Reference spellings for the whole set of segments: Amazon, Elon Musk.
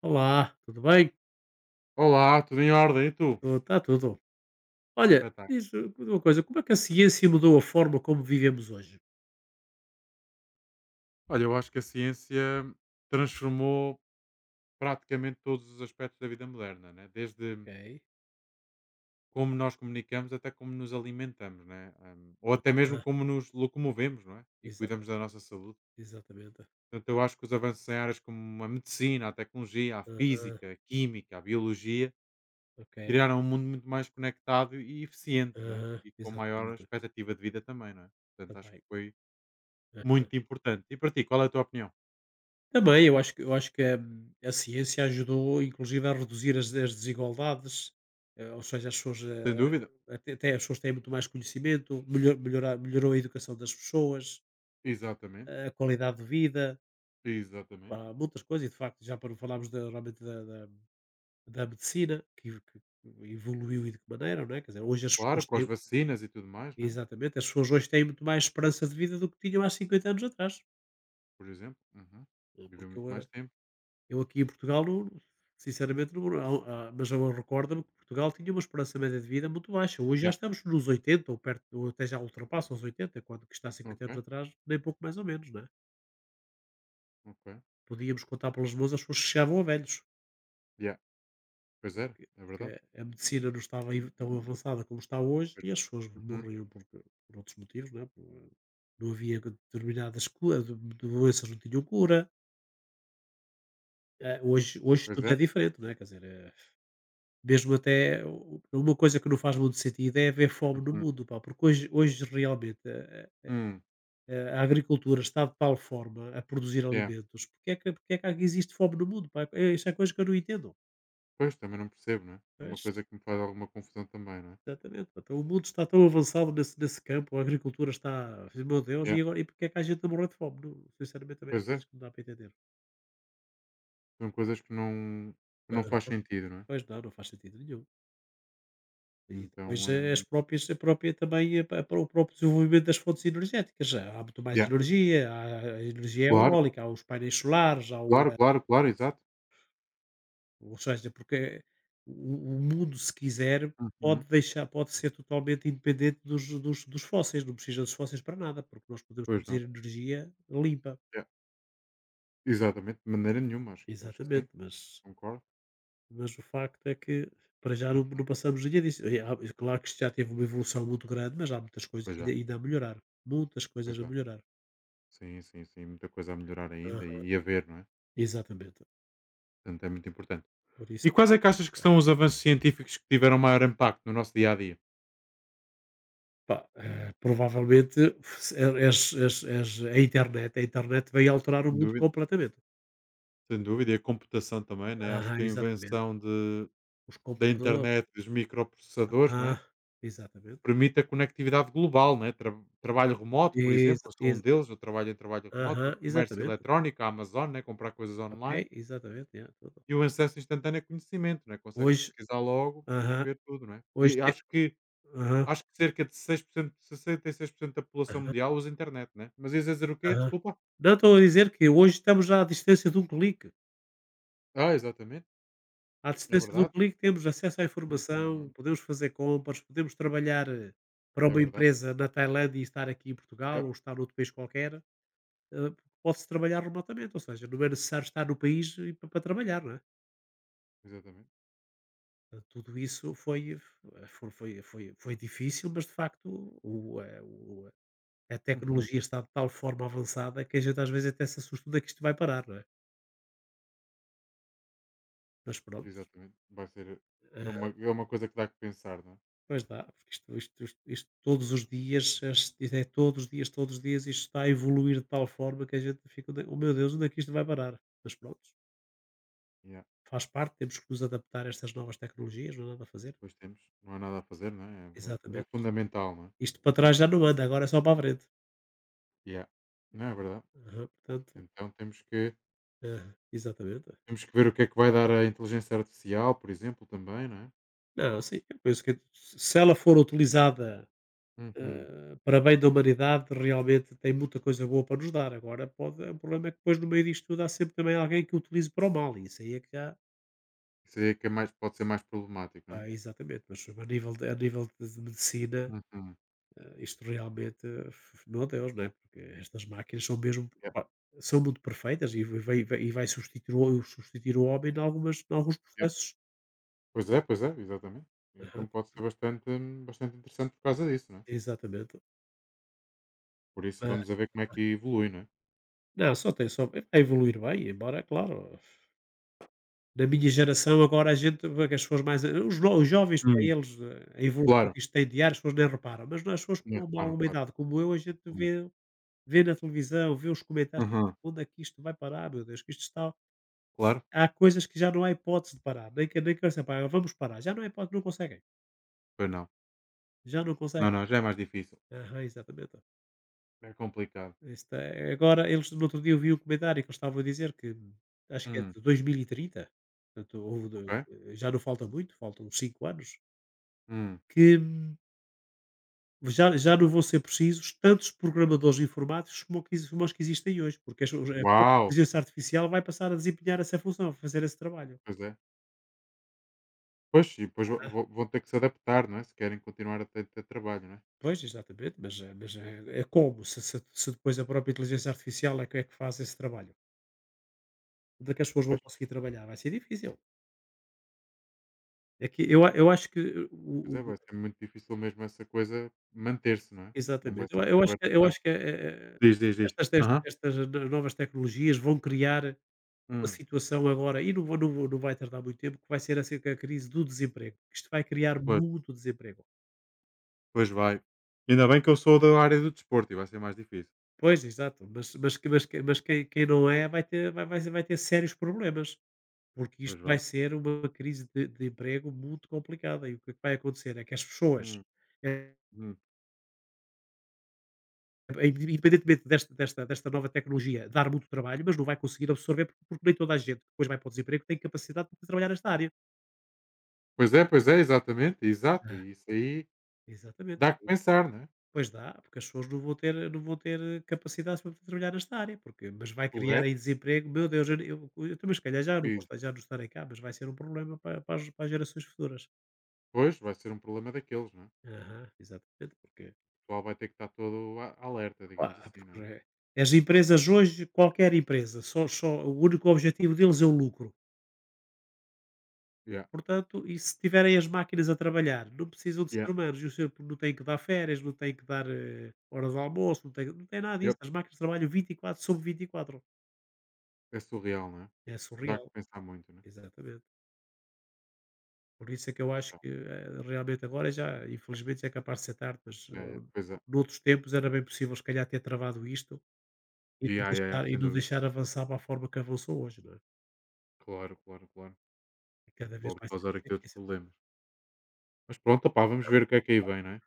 Olá, tudo bem? Olá, tudo em ordem? E tu? Está tudo. Olha, Espetáculo. diz uma coisa, como é que a ciência mudou a forma como vivemos hoje? Olha, eu acho que a ciência transformou praticamente todos os aspectos da vida moderna, né? Desde Ok. como nós comunicamos até como nos alimentamos, né? Ou até mesmo Ah, como nos locomovemos não é? E exata- cuidamos da nossa saúde. exatamente. Portanto, eu acho que os avanços em áreas como a medicina, a tecnologia, a Aham, física, a química, a biologia, ok. criaram um mundo muito mais conectado e eficiente não é? Aham, E com maior exatamente. expectativa de vida também. Não é? Portanto, acho que Também. foi Ah, muito importante. E para ti, qual é a tua opinião? também, eu acho que a ciência ajudou, inclusive, a reduzir as desigualdades, ou seja, as pessoas, Sem dúvida. até as pessoas têm muito mais conhecimento, melhorou a educação das pessoas, Exatamente, a qualidade de vida, exatamente. pá, muitas coisas, e de facto, já para não falarmos realmente da medicina, que evoluiu e de que maneira, não é? Quer dizer, hoje as Claro, pessoas com as têm. vacinas e tudo mais, não é? Exatamente, as pessoas hoje têm muito mais esperança de vida do que tinham há 50 anos atrás. Por exemplo. Uhum. Viver Porque muito eu, eh, mais tempo. eu aqui em Portugal, sinceramente, não, mas eu recordo-me que Portugal tinha uma esperança média de vida muito baixa. Hoje já Yeah. estamos nos 80 ou perto, ou até já ultrapassa os 80, quando que está há cinquenta anos Ok, atrás, nem pouco mais ou menos, não é? ok. Podíamos contar pelas mãos as pessoas que chegavam a velhos. Yeah. Pois era, que é que verdade. a medicina não estava aí tão avançada como está hoje, Pois, e não. as pessoas Uhum. morriam por outros motivos, não é? Não havia determinadas doenças, não tinham cura. Hoje, Pois tudo é. é diferente, não é? Quer dizer, mesmo até uma coisa que não faz muito sentido é haver fome no Uhum. mundo, pá, porque hoje, realmente Hum. A agricultura está de tal forma a produzir Yeah. alimentos, porque é que existe fome no mundo? Pá? Isso é coisa que eu não entendo. Pois, também não percebo, não é? É uma coisa que me faz alguma confusão também, não é? Exatamente, então o mundo está tão avançado nesse campo, a agricultura está, meu Deus, Yeah. e agora e porque é que a gente a morrer de fome? Não, sinceramente também há Pois coisas é, que não dá para entender. são coisas que não Aham. faz sentido, não é? Pois não, não faz sentido nenhum. E Então, depois as próprias a própria também a pa para o próprio desenvolvimento das fontes energéticas, há muito mais yeah. energia, há a energia Claro, eólica, há os painéis solares, há o claro, a claro, claro, exato. ou seja, porque o mundo, se quiser, Uhum. Pode ser totalmente independente dos fósseis, não precisa dos fósseis para nada, porque nós podemos Pois não. produzir energia limpa. Yeah. Exatamente, de maneira nenhuma, acho que Exatamente, sim, mas concordo. O facto é que, para já, não Uhum. não passamos ninguém disso. E há, e claro que isto já teve uma evolução muito grande, mas há muitas coisas Pois já, ainda a melhorar, muitas pois coisas a já. melhorar. Sim, sim, sim. Muita coisa a melhorar ainda Aham. e a ver, não é? Exatamente. Portanto, é muito importante. Por E isso é que, quais é que achas que são os avanços científicos que tiveram maior impacto no nosso dia a dia? pá, provavelmente se eh, és és és a internet vai alterar o Sem mundo dúvida, completamente. sem dúvida, e a computação também, né? Acho Aham, que a exatamente. invenção de, Os da computadores. internet, dos microprocessadores, não Aham, é? exatamente. Permite a conectividade global, né? Trabalho remoto, por Ex exemplo, eu sou ex um deles, eu trabalho em trabalho remoto, Aham, comércio exatamente. eletrónico, a Amazon, né? Comprar coisas Ok, online exatamente, yeah, tudo. e o acesso instantâneo a conhecimento, né? Consegues Hoje. pesquisar logo e Aham, ver tudo, né? hoje E te acho que aham. Acho que cerca de 6%, 66% da população mundial usa internet, né? Mas ias a dizer o quê? Aham. Desculpa. Não, estou a dizer que hoje estamos à distância de um clique. Ah, exatamente. À É distância de um verdade. clique temos acesso à informação, Uhum. podemos fazer compras, podemos trabalhar, para É uma verdade. empresa na Tailândia e estar aqui em Portugal Yep. ou estar noutro país qualquer, eh, pode-se trabalhar remotamente, ou seja, não é necessário estar no país e pa para trabalhar, não é? Exatamente. Portanto, tudo isso foi fo foi foi foi foi difícil, mas de facto o eh, o a Uhum. tecnologia está de tal forma avançada que a gente às vezes até se assusta onde é que isto vai parar, não é? Mas pronto. Exatamente. Vai ser. É uma coisa que dá que pensar, não é? Pois dá, porque isto todos os dias, isto é todos os dias, isto está a evoluir de tal forma que a gente fica, "Onde- oh meu Deus, onde é que isto vai parar?" Mas pronto, Yeah. faz parte, temos que nos adaptar a estas novas tecnologias, não há nada a fazer. Pois temos. Não há nada a fazer, não é? É Exatamente. fundamental, não é? Isto para trás já não anda, agora é só para a frente. Yeah. Não é verdade. Aham, portanto, Então temos que, aham, exatamente. temos que ver o que é que vai dar a inteligência artificial, por exemplo, também, não é? Não, sim, eu penso que se ela for utilizada Uhum. Para bem da humanidade, realmente tem muita coisa boa para nos dar. Agora, pode, o problema é que depois no meio disto tudo há sempre também alguém que o utilize para o mal, e isso aí é que já. Isso aí é que pode ser mais problemático, não é? Pá, exatamente, mas a nível de medicina, Uhum. Isto realmente, eh, f meu Deus, não é, porque estas máquinas são mesmo, Yeah. pá, são muito perfeitas e vai substituir o homem em nalgumas alguns processos. Pois é, exatamente. Aham, Então pode ser bastante interessante por causa disso, não é? exatamente. Por isso Mas vamos a ver como é que evolui, não é? não, só tem só vai evoluir bem, embora, é claro, na minha geração agora a gente vê que as pessoas mais os no os jovens para Hum. eles, a evolução Claro, que isto tem diária, as pessoas nem reparam, mas nós, as pessoas não é? com uma, Reparam, alguma claro. idade como eu, a gente Hum. vê. Vê na televisão, vê os comentários, Aham, onde é que isto vai parar, meu Deus, que isto está. claro, Há coisas que já não há hipótese de parar, nem que assim, "Pá, vamos parar", já não há hipótese, não conseguem, pois não. já não conseguem. Não, não, já é mais difícil. Aham, exatamente. É complicado. Isto é, agora eles, no outro dia, eu vi um comentário que eles estavam a dizer que acho que é Hum, de 2030, portanto houve do ok. eh, já não falta muito, faltam 5 anos, Hum. que já não vão ser precisos tantos programadores informáticos como que exi como os que existem hoje, porque as a própria Uau! inteligência artificial vai passar a desempenhar essa função, a fazer esse trabalho. Pois é. Pois, e depois vão ter que se adaptar, não é? Se querem continuar a ter trabalho, não é? Pois, exatamente, mas, mas é, é como? Se depois a própria inteligência artificial é que, faz esse trabalho. Onde é que as pessoas vão Pois, conseguir trabalhar? Vai ser difícil. É que eu, eu acho que, pois é, vai ser muito difícil mesmo essa coisa manter-se, não é? Não vai exatamente. Eu, ser eu acho correto. que, eu acho que eh, eh, Diz, diz, diz. estas, Aham. estas novas tecnologias vão criar uma Hum. situação agora, e não vai tardar muito tempo, que vai ser assim que a crise do desemprego. Isto vai criar Pois. muito desemprego. Pois vai. Ainda bem que eu sou da área do desporto e vai ser mais difícil. Pois, exato. Quem, não é vai ter, vai, vai vai ter sérios problemas. Porque Pois isto vai. vai ser uma crise de emprego muito complicada, e o que é que vai acontecer é que as pessoas, Hum, eh, hum. eh, independentemente desta nova tecnologia dar muito trabalho, mas não vai conseguir absorver, porque nem toda a gente que depois vai para o desemprego tem capacidade de trabalhar nesta área. Pois é, exatamente, exato. É. E isso aí Exatamente. dá que pensar, né? Pois dá, porque as pessoas não vão ter capacidade para trabalhar nesta área, porque mas vai criar aí Correto. desemprego, meu Deus, eu também se calhar E já não estarei cá, mas vai ser um problema para as gerações futuras. depois vai ser um problema daqueles, né? Aham, exatamente, porque. O pessoal vai ter que estar todo alerta, digamos Epá, assim, né? porque as empresas hoje, qualquer empresa, só, só, o único objetivo deles é o lucro. Yeah, Portanto, e se tiverem as máquinas a trabalhar, não precisam de yeah, ser humanos, e o ser humano não tem que dar férias, não tem que dar hora de almoço, não tem, não tem nada disso. yep. As máquinas trabalham 24 sobre vinte e quatro. É surreal, né? É Dá que surreal, pensar muito, né? exatamente. Por isso é que eu acho Tá. que realmente agora já, infelizmente, já é capaz de ser tarde, mas Yeah, yeah. Pois é. noutros tempos era bem possível, se calhar, ter travado isto Yeah, yeah, yeah, e sem não dúvida. deixar avançar para a forma que avançou hoje, não é? Claro, claro, claro. É cada vez Pode mais causar aqui outros difícil. problemas. Mas pronto, opá, vamos ver o que é que aí vem, não é?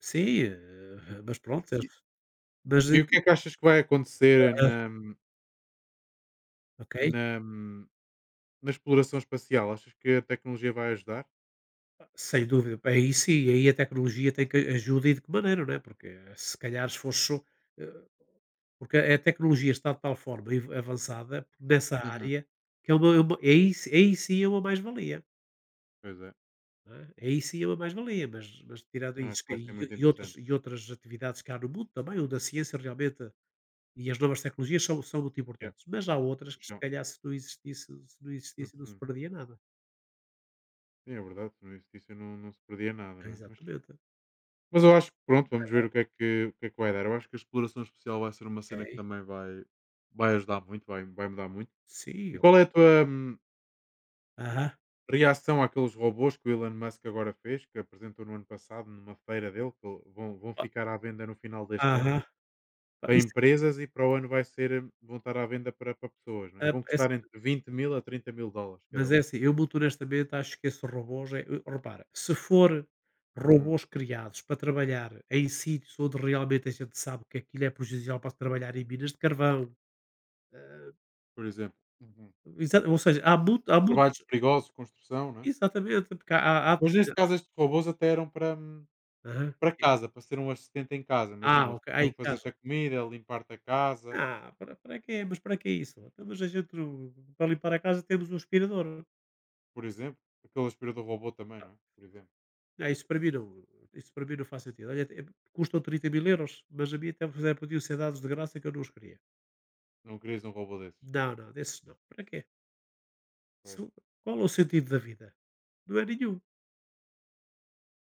Sim, mas pronto, eles E, mas, e o que é que achas que vai acontecer ok, na, hum, na exploração espacial, achas que a tecnologia vai ajudar? sem dúvida. Bem, aí sim, aí a tecnologia tem que ajuda e de que maneira, não é, porque se calhar se fosse só, eh, porque a tecnologia está de tal forma ev avançada nessa Uhum. área que é uma aí sim é uma mais-valia, Pois é. não é, aí sim é uma mais-valia, mas tirando Não, isso acho que que- vai ser muito interessante. e outras atividades que há no mundo também, onde a ciência realmente. E as novas tecnologias são muito Yeah. importantes, mas há outras que se Puxão. calhar se não existisse não se Uhum. perdia nada. Sim, é verdade, se não existisse eu não, não se perdia nada, não é? Mas, Exatamente. mas eu acho que pronto, vamos ver o que é que vai dar. Eu acho que a exploração espacial vai ser uma cena que Ok. também vai, vai ajudar muito, vai mudar muito. E Sim. qual é a tua Aham. reação àqueles robôs que o Elon Musk agora fez, que apresentou no ano passado numa feira dele, que vão ah ficar à venda no final deste ano? aham. Pá, Para isso empresas e para o ano vão estar à venda para pessoas, não é? é Vão é assim custar entre 20.000 a 30.000 dólares cada é um. assim, eu muito honestamente acho que esses robôs é, eu repara, se for Hum. robôs criados para trabalhar em sítios onde realmente a gente sabe que aquilo é prejudicial, para se trabalhar em minas de carvão, hã, Por exemplo. Uhum. exa ou seja, há Trabalhos muitos. perigosos, construção, não é? Exatamente, porque há Mas neste determinado. caso estes robôs até eram para, hum, Aham. para casa, para ser um assistente em casa, imagina, Ah, eles ok. Ai podiam fazer-te a comida, limpar-te a casa, Ah, para quê? Mas para que isso? Então, mas a gente, não- para limpar a casa, temos um aspirador. por exemplo. Aquele aspirador robô também, não é? Por exemplo. Ah, isso para mim não faz sentido. Olha, é- custam 30 mil euros, mas a mim até me podiam ser dados de graça que eu não os queria. Não querias um robô desses. Não, não, desses não. Para quê? Pois, Isso- qual é o sentido da vida? Não é nenhum.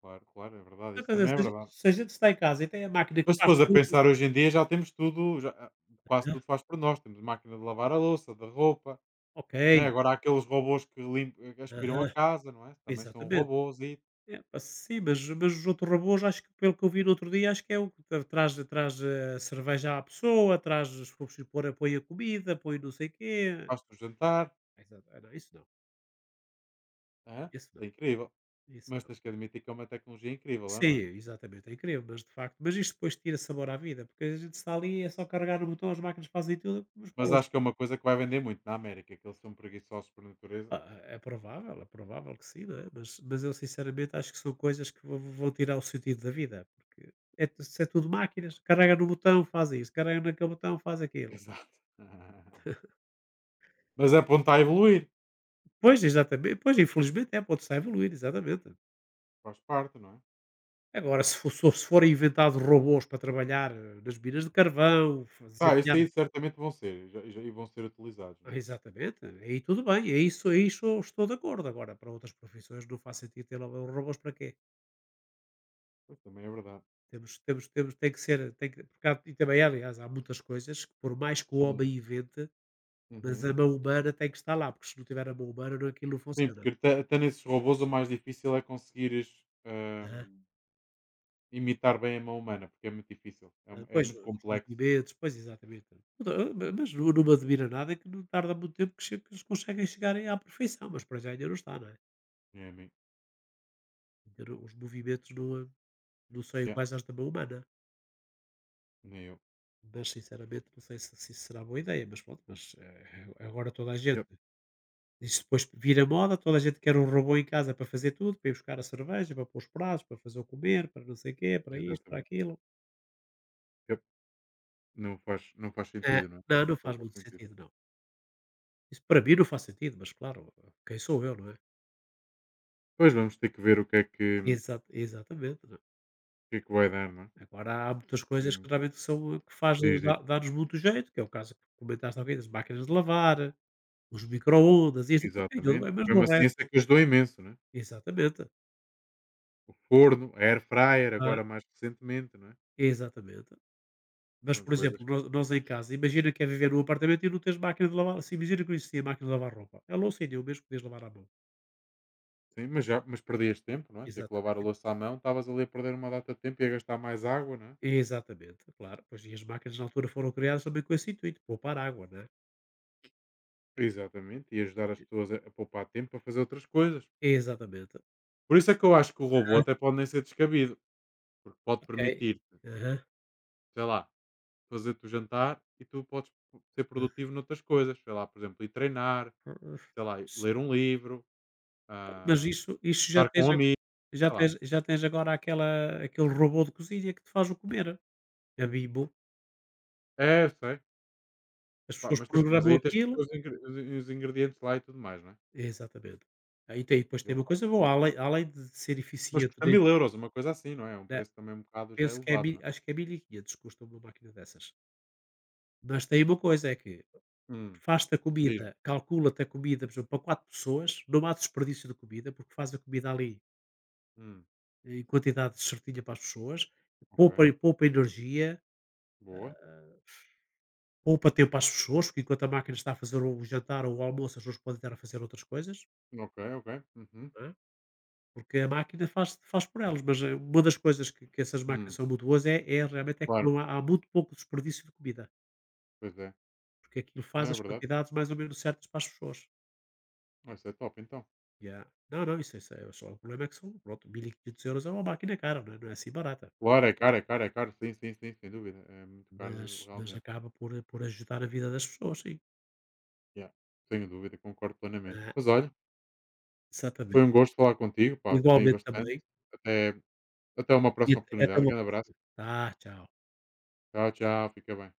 claro, claro, é verdade, Então, isso quer dizer, também é se, a gente verdade. se a gente está em casa e tem a máquina que Mas se faz fores a tudo. pensar hoje em dia já temos tudo, já, quase ah, tudo faz por nós. Temos máquina de lavar a louça, da roupa, ok, né, agora há aqueles robôs que aspiram a aham, casa, não é? Também são exatamente. robôs e É, pá, sim, mas os outros robôs, acho que pelo que eu vi no outro dia, acho que é o que traz, traz a cerveja à pessoa, traz, se for preciso pôr, apoia a comida, põe não sei o quê. faz-te o jantar. Exato. Ah, não, isso não, Aham, isso não, é incrível. isso Mas não. tens que admitir que é uma tecnologia incrível, é, Sim, não é? exatamente, é incrível, mas de facto, mas isto depois tira sabor à vida, porque a gente está ali, é só carregar no botão, as máquinas fazem tudo, mas falam Mas assim, acho que é uma coisa que vai vender muito na América, que eles são preguiçosos por natureza. "Ah, é provável que sim, não é? Mas eu sinceramente acho que são coisas que vão tirar o sentido da vida, porque se é tudo máquinas, carrega no botão, faz isso, carrega naquele botão, faz aquilo. Exato. Mas é para onde está a evoluir, Pois, exatamente. Pois, infelizmente é, pode-se a evoluir, exatamente. faz parte, não é? Agora, se forem inventados robôs para trabalhar nas minas de carvão, Ah, isso desempenhar. aí certamente vão ser, e vão ser utilizados, Ah, não é? exatamente, aí tudo bem, é isso, estou de acordo. Agora, para outras profissões não faz sentido ter robôs para quê? Pois, também é verdade. Temos, tem que ser, porque e também, aliás, há muitas coisas que, por mais que o Hum, homem invente, mas uhum. a mão humana tem que estar lá, porque se não tiver a mão humana, não, aquilo não Sim, funciona. porque até nesses robôs o mais difícil é conseguires, Né? hum, imitar bem a mão humana, porque é muito difícil, é Ah, mu é pois, muito os complexo. movimentos, pois exatamente. Puta, mas não, não me admira nada que não tarda muito tempo que, que eles conseguem chegarem à perfeição, mas para já ainda não está, não é? É mim Ainda não- os movimentos não, não são yeah, iguais às da mão humana. nem eu. Mas sinceramente não sei se, se isso será boa ideia, mas pronto, mas agora toda a gente. Yep, Isso depois vira moda, toda a gente quer um robô em casa para fazer tudo, para ir buscar a cerveja, para pôr os pratos, para fazer o comer, para não sei o quê, para isto, para exatamente. aquilo. Yep, não faz Ah, sentido, não é? Não não, não faz faz qualquer muito sentido. sentido, não. Isso para mim não faz sentido, mas claro, quem sou eu, não é? Pois, vamos ter que ver o que é que o Exatamente, não é. que é que vai dar, não é? Agora há muitas Este coisas que realmente são que faz Diz, diz. dá dá-nos muito jeito, que é o caso que comentaste há das máquinas de lavar, os microondas, isto, aquilo, aquilo sim, tudo, Exatamente. bem, mas Foi não é mesmo uma o resto. ciência que ajudou imenso, não é? Exatamente. O forno, a air fryer, Ah, agora mais recentemente, não é? exatamente. Mas, São por exemplo, coisas que nó nós em casa, imagina que é viver num apartamento e não tens máquina de lavar assim, imagina que não existia máquina de lavar roupa. A louça ainda é o mesmo que podias lavar à mão. Sim, mas já mas perdias tempo, não é? Ter que Exata lavar a louça à mão, estavas ali a perder uma data de tempo e a gastar mais água, não é? Exatamente, claro. Pois, e as máquinas na altura foram criadas também com esse intuito, poupar água, né. Exatamente, e ajudar as pessoas a poupar tempo para fazer outras coisas. Exatamente. Por isso é que eu acho que o robô Ah, até pode nem ser descabido, porque pode ok. permitir-te, Aham. sei lá, fazer-te o jantar e tu podes ser produtivo noutras coisas, sei lá, por exemplo, ir treinar, Ah, sei lá, ler um livro, Mas ah, isso já estar com tens um a amigo, sei lá. Já tens agora aquela aquele robô de cozinha que te faz o comer, a bibo É, eu sei, as pá, pessoas mas programam aí tens que aquilo ter os ingredientes lá e tudo mais, não é? exatamente. Aí tem depois E tem ele uma faz coisa por boa, ti. Além de ser Mas eficiente custa dentro 1.000 euros, uma coisa assim, não é? É um da, preço também um bocado já penso que é elevado, mi não é? acho que é 1500 custa uma máquina dessas. Mas tem uma coisa, é que Hum, faz-te a Diz-me. comida, calcula-te a comida, por exemplo, para 4 pessoas, não há desperdício de comida, porque faz a comida ali Hum, em quantidade certinha para as pessoas, ok, poupa energia. boa. Poupa tempo às pessoas, porque enquanto a máquina está a fazer o jantar ou o almoço, as pessoas podem estar a fazer outras coisas, Ok, ok. Uhum. não é? Porque a máquina faz, faz por elas, mas uma das coisas que essas máquinas Hum, são muito boas é, é realmente é que claro, não há, há muito pouco desperdício de comida, pois é. porque aquilo Não faz é as verdade? quantidades mais ou menos certas para as pessoas. Ah, isso é top então. Yeah. Não, não, isso é só o problema é que são, pronto, 1500 euros é uma máquina cara, não é, não é assim barata, Claro, é caro, é caro, é caro. Sim, sim, sim, sem dúvida. É muito caro mas realmente. acaba por, por ajudar a vida das pessoas, sim. Yeah. Sem dúvida, concordo plenamente. Ah, Mas olha, exatamente. foi um gosto falar contigo, pá, gostei Igualmente bastante. também, Até, até uma e próxima até oportunidade. uma Grande abraço. próxima. Tá, tchau. Tchau, tchau, fica bem.